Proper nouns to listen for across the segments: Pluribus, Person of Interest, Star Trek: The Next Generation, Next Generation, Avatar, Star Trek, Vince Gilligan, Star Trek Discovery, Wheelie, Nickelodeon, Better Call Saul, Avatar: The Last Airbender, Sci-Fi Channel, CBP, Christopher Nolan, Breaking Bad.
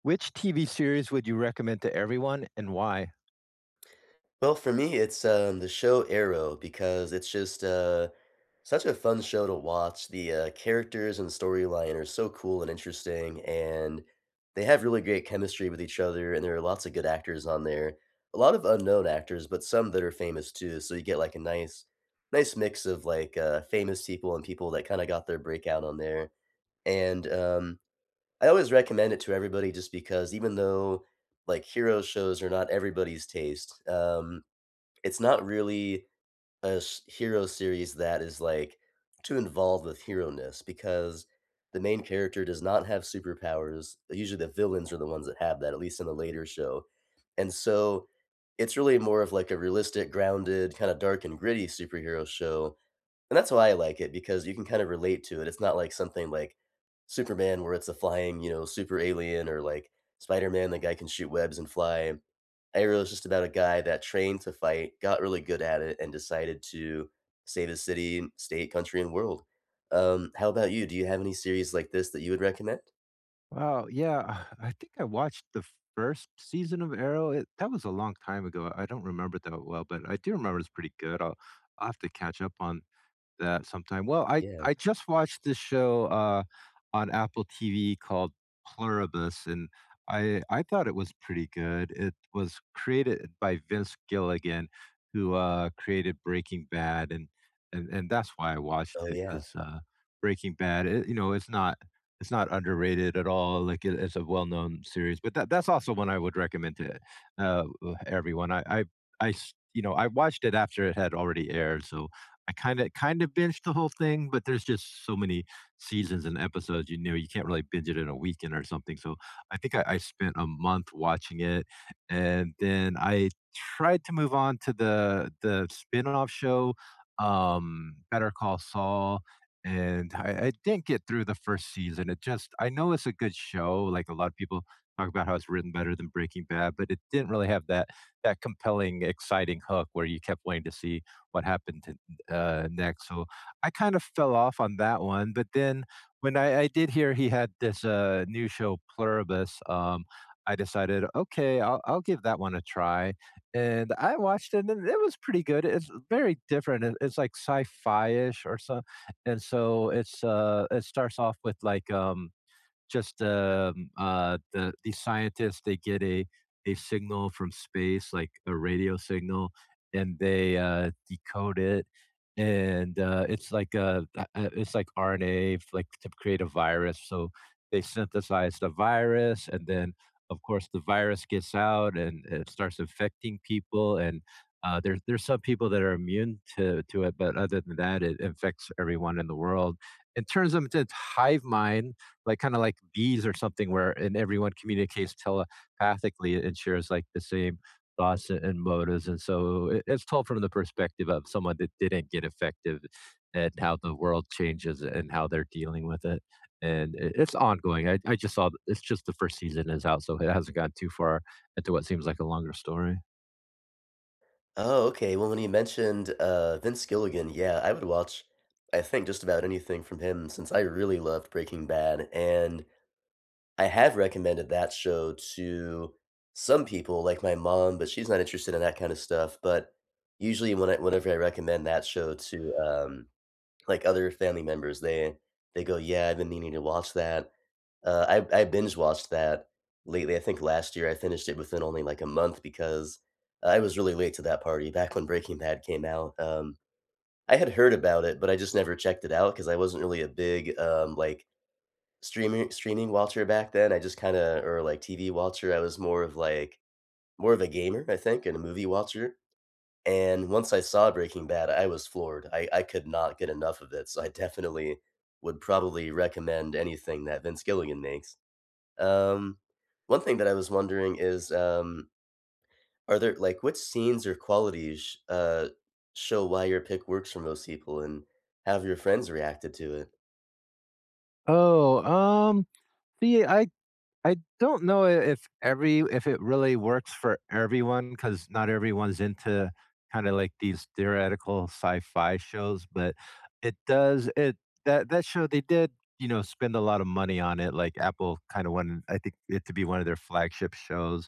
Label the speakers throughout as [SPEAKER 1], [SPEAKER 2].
[SPEAKER 1] Which TV series would you recommend to everyone and why?
[SPEAKER 2] Well, for me, it's, the show Arrow because it's just, such a fun show to watch. The, characters and storyline are so cool and interesting, and they have really great chemistry with each other, and there are lots of good actors on there. A lot of unknown actors, but some that are famous too, so you get, like, a nice mix of, like, famous people and people that kinda got their breakout on there, and, I always recommend it to everybody just because even though, like, hero shows are not everybody's taste. It's not really a s hero series that is, like, too involved with hero-ness because the main character does not have superpowers. Usually, the villains are the ones that have that, at least in the later show, and so, it's really more of, like, a realistic, grounded, kinda dark and gritty superhero show, and that's why I like it because you can kind of relate to it. It's not like something like Superman where it's a flying, you know, super alien or like Spider-Man, the guy can shoot webs and fly. Arrow is just about a guy that trained to fight, got really good at it, and decided to save his city, state, country, and world. How about you? Do you have any series like this that you would recommend?
[SPEAKER 1] Wow, yeah, I think I watched the first season of Arrow. That was a long time ago. I don't remember that well, but I do remember it's pretty good. I'll have to catch up on that sometime. Well, I
[SPEAKER 2] Yeah.
[SPEAKER 1] I just watched this show on Apple TV called Pluribus, and I thought it was pretty good. It was created by Vince Gilligan, who created Breaking Bad, and and that's why I watched
[SPEAKER 2] Oh,
[SPEAKER 1] it
[SPEAKER 2] yeah.
[SPEAKER 1] because Breaking Bad, it's not it's not underrated at all. Like it's a well known series, but that's also one I would recommend to uh, everyone. I I watched it after it had already aired, so I kind of binged the whole thing, but there's just so many seasons and episodes. You know, you can't really binge it in a weekend or something. So I think I spent a month watching it, and then I tried to move on to the spin-off show, Better Call Saul. And I didn't get through the first season. It just, I know it's a good show. Like a lot of people talk about how it's written better than Breaking Bad, but it didn't really have that compelling, exciting hook where you kept waiting to see what happened next. So I kind of fell off on that one. But then when I did hear he had this new show, Pluribus, I decided, okay, I'll give that one a try. And I watched it and it was pretty good. It's very different. It's like sci fi ish or so. And so it's it starts off with like, just the these scientists. They get a signal from space, like a radio signal, and they decode it, and it's like a it's like RNA, like to create a virus, so they synthesize the virus, and then of course the virus gets out and it starts infecting people, and there's some people that are immune to it, but other than that it infects everyone in the world and turns them into hive mind, like kind of like bees or something, where and everyone communicates telepathically and shares like the same thoughts and, motives. And so it's told from the perspective of someone that didn't get effective, and how the world changes and how they're dealing with it. And it's ongoing. I just saw it's just the first season is out, so it hasn't gone too far into what seems like a longer story.
[SPEAKER 2] Oh, okay. Well, when you mentioned Vince Gilligan, yeah, I would watch, I think, just about anything from him since I really loved Breaking Bad. And I have recommended that show to some people, like my mom, but she's not interested in that kind of stuff. But usually, when I, whenever I recommend that show to like other family members, they go, "Yeah, I've been needing to watch that." Uh, I binge watched that lately. I think last year I finished it within only like a month because I was really late to that party back when Breaking Bad came out. I had heard about it, but I just never checked it out because I wasn't really a big like streaming culture back then. I just kinda or, like, TV culture, I was more of a gamer, I think, and a movie watcher, and once I saw Breaking Bad, I was floored. I could not get enough of it, so I definitely would probably recommend anything that Vince Gilligan makes. Um, One thing that I was wondering is, are there like, which scenes or qualities, show why your pick works for most people, and how have your friends reacted to it?
[SPEAKER 1] Oh see I don't know if every if it really works for everyone, because not everyone's into kind of like these theoretical sci-fi shows, but it does it that show they did, you know, spend a lot of money on it. Like Apple kind of wanted, I think, it to be one of their flagship shows,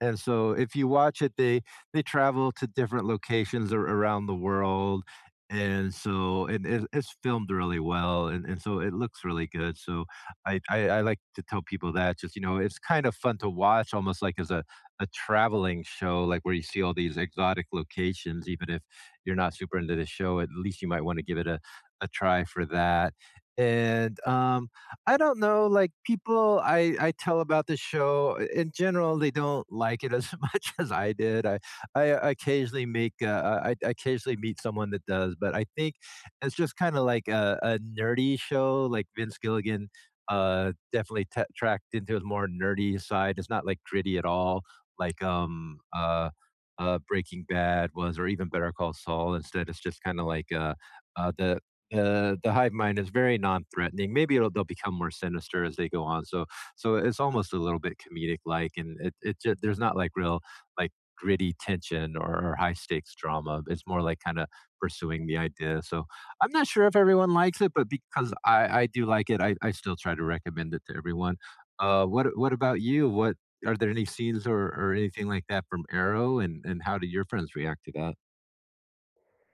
[SPEAKER 1] and so if you watch it, they travel to different locations around the world. And so, and it's filmed really well, and so it looks really good. So, I like to tell people that just, you know, it's kind of fun to watch, almost like as a traveling show, like where you see all these exotic locations. Even if you're not super into the show, at least you might want to give it a try for that. And I don't know, like people I tell about the show in general, they don't like it as much as I did. I occasionally make I occasionally meet someone that does, but I think it's just kind of like a nerdy show. Like Vince Gilligan definitely t tracked into his more nerdy side. It's not, like, gritty at all, like, Breaking Bad was, or even Better Call Saul. Instead, it's just kinda like, uh, the the hive mind is very non-threatening. Maybe it'll they'll become more sinister as they go on, so it's almost a little bit comedic-like, and it ju there's not, like, real, like, gritty tension or high-stakes drama. It's more like kinda pursuing the idea, so I'm not sure if everyone likes it, but because I do like it, I still try to recommend it to everyone. What about you? What Are there any scenes or, anything like that from Arrow, and how do your friends react to that?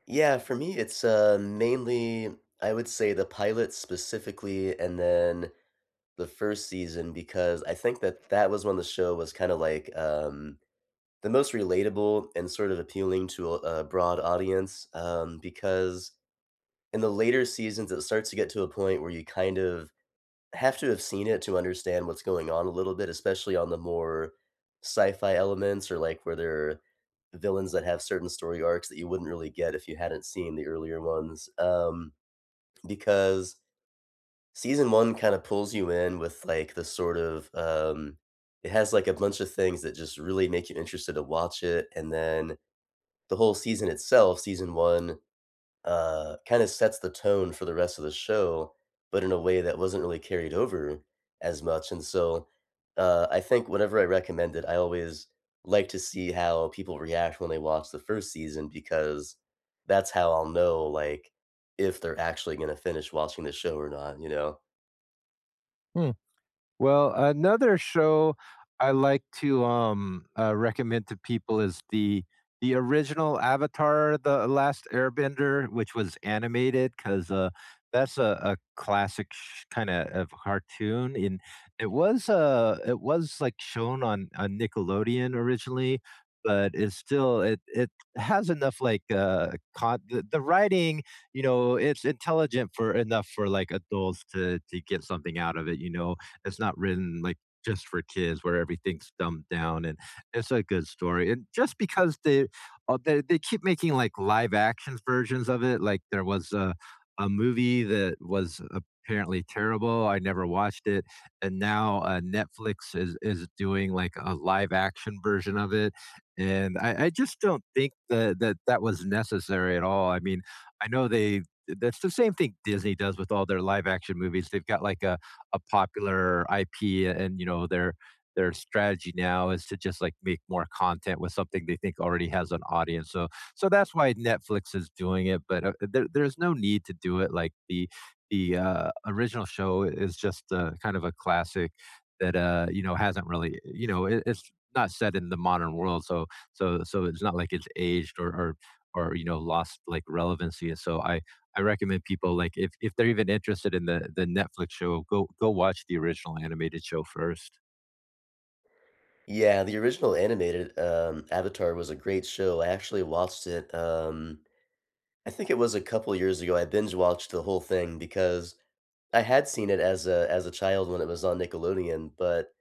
[SPEAKER 2] Yeah, for me, it's, mainly, I would say, the pilot specifically, and then the first season because I think that that was when the show was kinda like, the most relatable and sort of appealing to a broad audience, because in the later seasons, it starts to get to a point where you kind of have to have seen it to understand what's going on a little bit, especially on the more sci-fi elements or like where there are villains that have certain story arcs that you wouldn't really get if you hadn't seen the earlier ones. Because season one kind of pulls you in with like the sort of it has like a bunch of things that just really make you interested to watch it, and then the whole season itself, season one kinda sets the tone for the rest of the show, but in a way that wasn't really carried over as much, and so, I think whenever I recommend it, I always like to see how people react when they watch the 1st season because that's how I'll know, like, if they're actually gonna finish watching the show or not, you know?
[SPEAKER 1] Hmm. Well, another show I like to recommend to people is the original Avatar: The Last Airbender, which was animated, because that's a classic kind of cartoon, and it was it was like shown on Nickelodeon originally, but it's still it has enough like the writing, you know, it's intelligent for enough for like adults to get something out of it. You know, it's not written like just for kids where everything's dumbed down, and it's a good story. And just because they they keep making like live action versions of it, like there was a movie that was apparently terrible. I never watched it. And now Netflix is doing like a live action version of it, and I just don't think that, that was necessary at all. I mean, I know they that's the same thing Disney does with all their live action movies. They've got like a popular IP, and you know their strategy now is to just like make more content with something they think already has an audience. So that's why Netflix is doing it, but there's no need to do it. Like the original show is just kind of a classic that, you know, hasn't really, you know, it's not set in the modern world, so it's not like it's aged or, you know, lost like relevancy. And so I recommend people, like, if they're even interested in the Netflix show, go watch the original animated show first.
[SPEAKER 2] Yeah, the original animated, Avatar was a great show. I actually watched it, I think it was a couple years ago. I binge watched the whole thing because I had seen it as a child when it was on Nickelodeon, but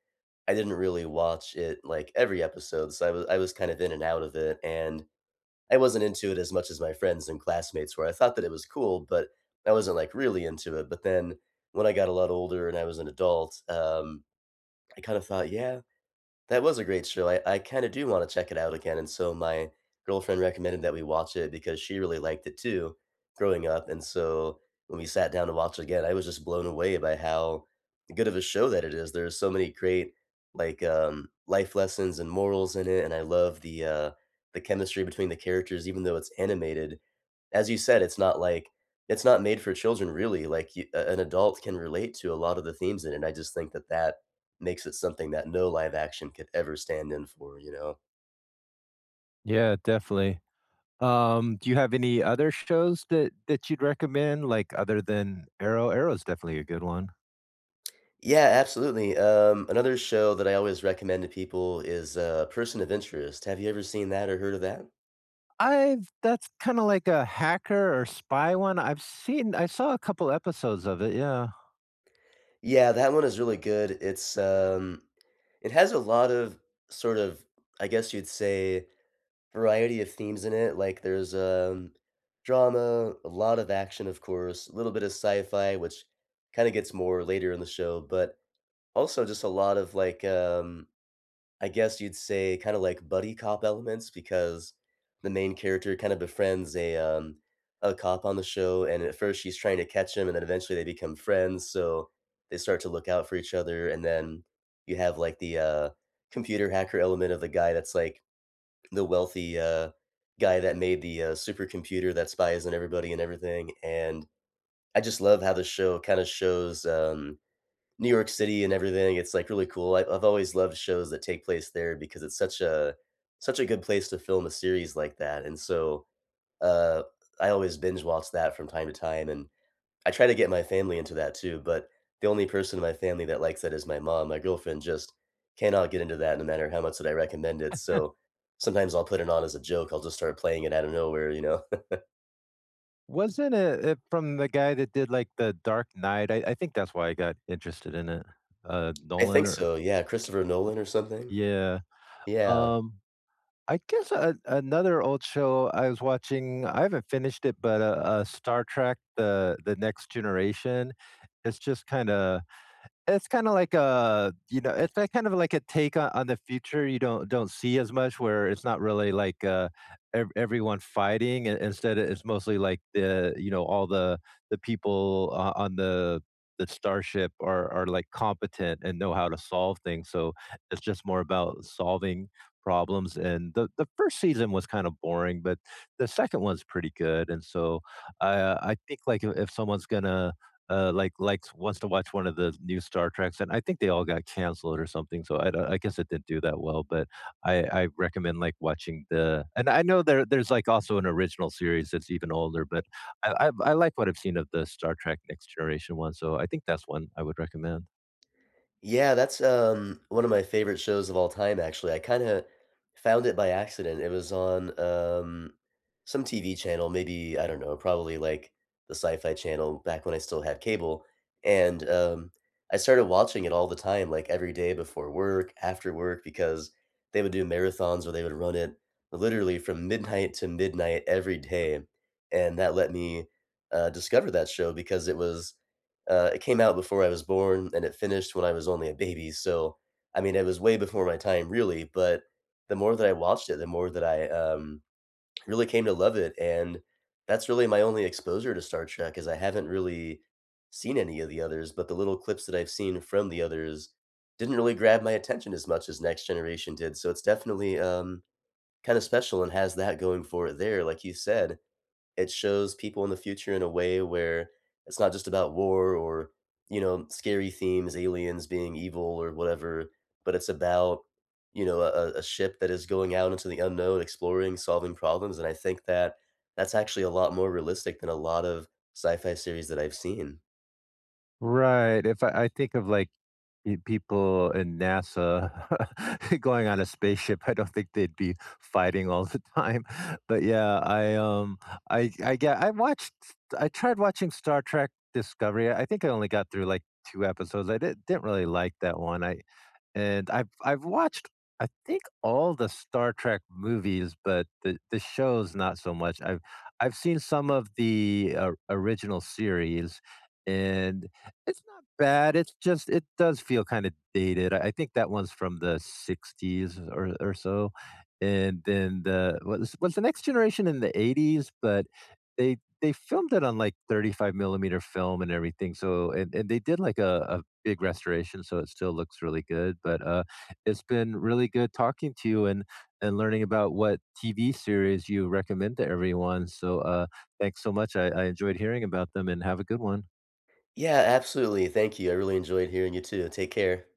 [SPEAKER 2] I didn't really watch it, like, every episode, so I was kind of in and out of it, and I wasn't into it as much as my friends and classmates were. I thought that it was cool, but I wasn't, like, really into it, but then when I got a lot older and I was an adult, I kind of thought, "Yeah, that was a great show. I kinda do wanna check it out again," and so my girlfriend recommended that we watch it because she really liked it too growing up, and so when we sat down to watch it again, I was just blown away by how good of a show that it is. There's so many great, like, life lessons and morals in it, and I love the chemistry between the characters even though it's animated. As you said, it's not like it's not made for children really, like, you a an adult can relate to a lot of the themes in it, and I just think that that makes it something that no live action could ever stand in for, you know?
[SPEAKER 1] Yeah, definitely. Do you have any other shows that you'd recommend, like other than Arrow? Arrow's definitely a good one.
[SPEAKER 2] Yeah, absolutely, another show that I always recommend to people is, Person of Interest. Have you ever seen that or heard of that?
[SPEAKER 1] I've That's kind of like a hacker or spy one. I saw a couple episodes of it. Yeah.
[SPEAKER 2] Yeah, that one is really good. It's, it has a lot of sort of, I guess you'd say variety of themes in it. Like there's drama, a lot of action, of course, a little bit of sci-fi, which kind of gets more later in the show, but also just a lot of like I guess you'd say kind of like buddy cop elements because the main character kind of befriends a cop on the show, and at first she's trying to catch him and then eventually they become friends, so they start to look out for each other, and then you have like the computer hacker element of the guy that's like the wealthy, guy that made the, supercomputer that spies on everybody and everything, and I just love how the show kinda shows, New York City and everything. It's, like, really cool. I've always loved shows that take place there because it's such a good place to film a series like that, and so, uh, I always binge watch that from time to time, and I try to get my family into that too, but the only person in my family that likes that is my mom. My girlfriend just cannot get into that no matter how much that I recommend it, so sometimes I'll put it on as a joke, I'll just start playing it out of nowhere, you know?
[SPEAKER 1] Wasn't it from the guy that did like the Dark Knight? I think that's why I got interested in it.
[SPEAKER 2] I
[SPEAKER 1] Nolan
[SPEAKER 2] think
[SPEAKER 1] or
[SPEAKER 2] so, yeah, Christopher Nolan or something?
[SPEAKER 1] yeah.
[SPEAKER 2] Yeah.
[SPEAKER 1] Um, I guess a another old show I was watching, I haven't finished it, but, Star Trek: The Next Generation. It's just kinda, it's kind of like a, you know, it's like kind of like a take on, the future you don't see as much, where it's not really like everyone fighting, and instead it's mostly like the, you know, all the people on the starship are like competent and know how to solve things, so it's just more about solving problems. And the first season was kind of boring, but the second one's pretty good. And so i I think like, if someone's gonna likes wants to watch one of the new Star Treks, and I think they all got canceled or something. So I guess it didn't do that well. But I recommend like watching the, and I know there's like also an original series that's even older, but I like what I've seen of the Star Trek Next Generation one. So I think that's one I would recommend.
[SPEAKER 2] Yeah, that's, one of my favorite shows of all time, actually. I kinda found it by accident. It was on, some TV channel, maybe, I don't know, probably, like, the Sci-Fi Channel back when I still had cable, and, I started watching it all the time, like, every day before work, after work, because they would do marathons where they would run it literally from midnight to midnight every day, and that let me, discover that show because it came out before I was born, and it finished when I was only a baby, so, I mean, it was way before my time, really, but the more that I watched it, the more that I, really came to love it, and that's really my only exposure to Star Trek, is I haven't really seen any of the others, but the little clips that I've seen from the others didn't really grab my attention as much as Next Generation did, so it's definitely, kinda special and has that going for it there, like you said. It shows people in the future in a way where it's not just about war or, you know, scary themes, aliens being evil or whatever, but it's about, you know, a ship that is going out into the unknown, exploring, solving problems. And I think that that's actually a lot more realistic than a lot of sci fi series that I've seen.
[SPEAKER 1] Right. If I, I think of like people in NASA going on a spaceship. I don't think they'd be fighting all the time. But yeah, I get I watched I tried watching Star Trek Discovery. I think I only got through like 2 episodes. Didn't really like that one. I've watched, I think, all the Star Trek movies, but the shows not so much. I've seen some of the original series, and it's not bad. It's just it does feel kind of dated. I think that one's from the '60s or so, and then the what's the Next Generation in the '80s, but they filmed it on like 35 millimeter film and everything. So and they did like a big restoration, so it still looks really good. But it's been really good talking to you and learning about what TV series you recommend to everyone. So thanks so much. I enjoyed hearing about them, and have a good one.
[SPEAKER 2] Yeah, absolutely. Thank you. I really enjoyed hearing you too. Take care.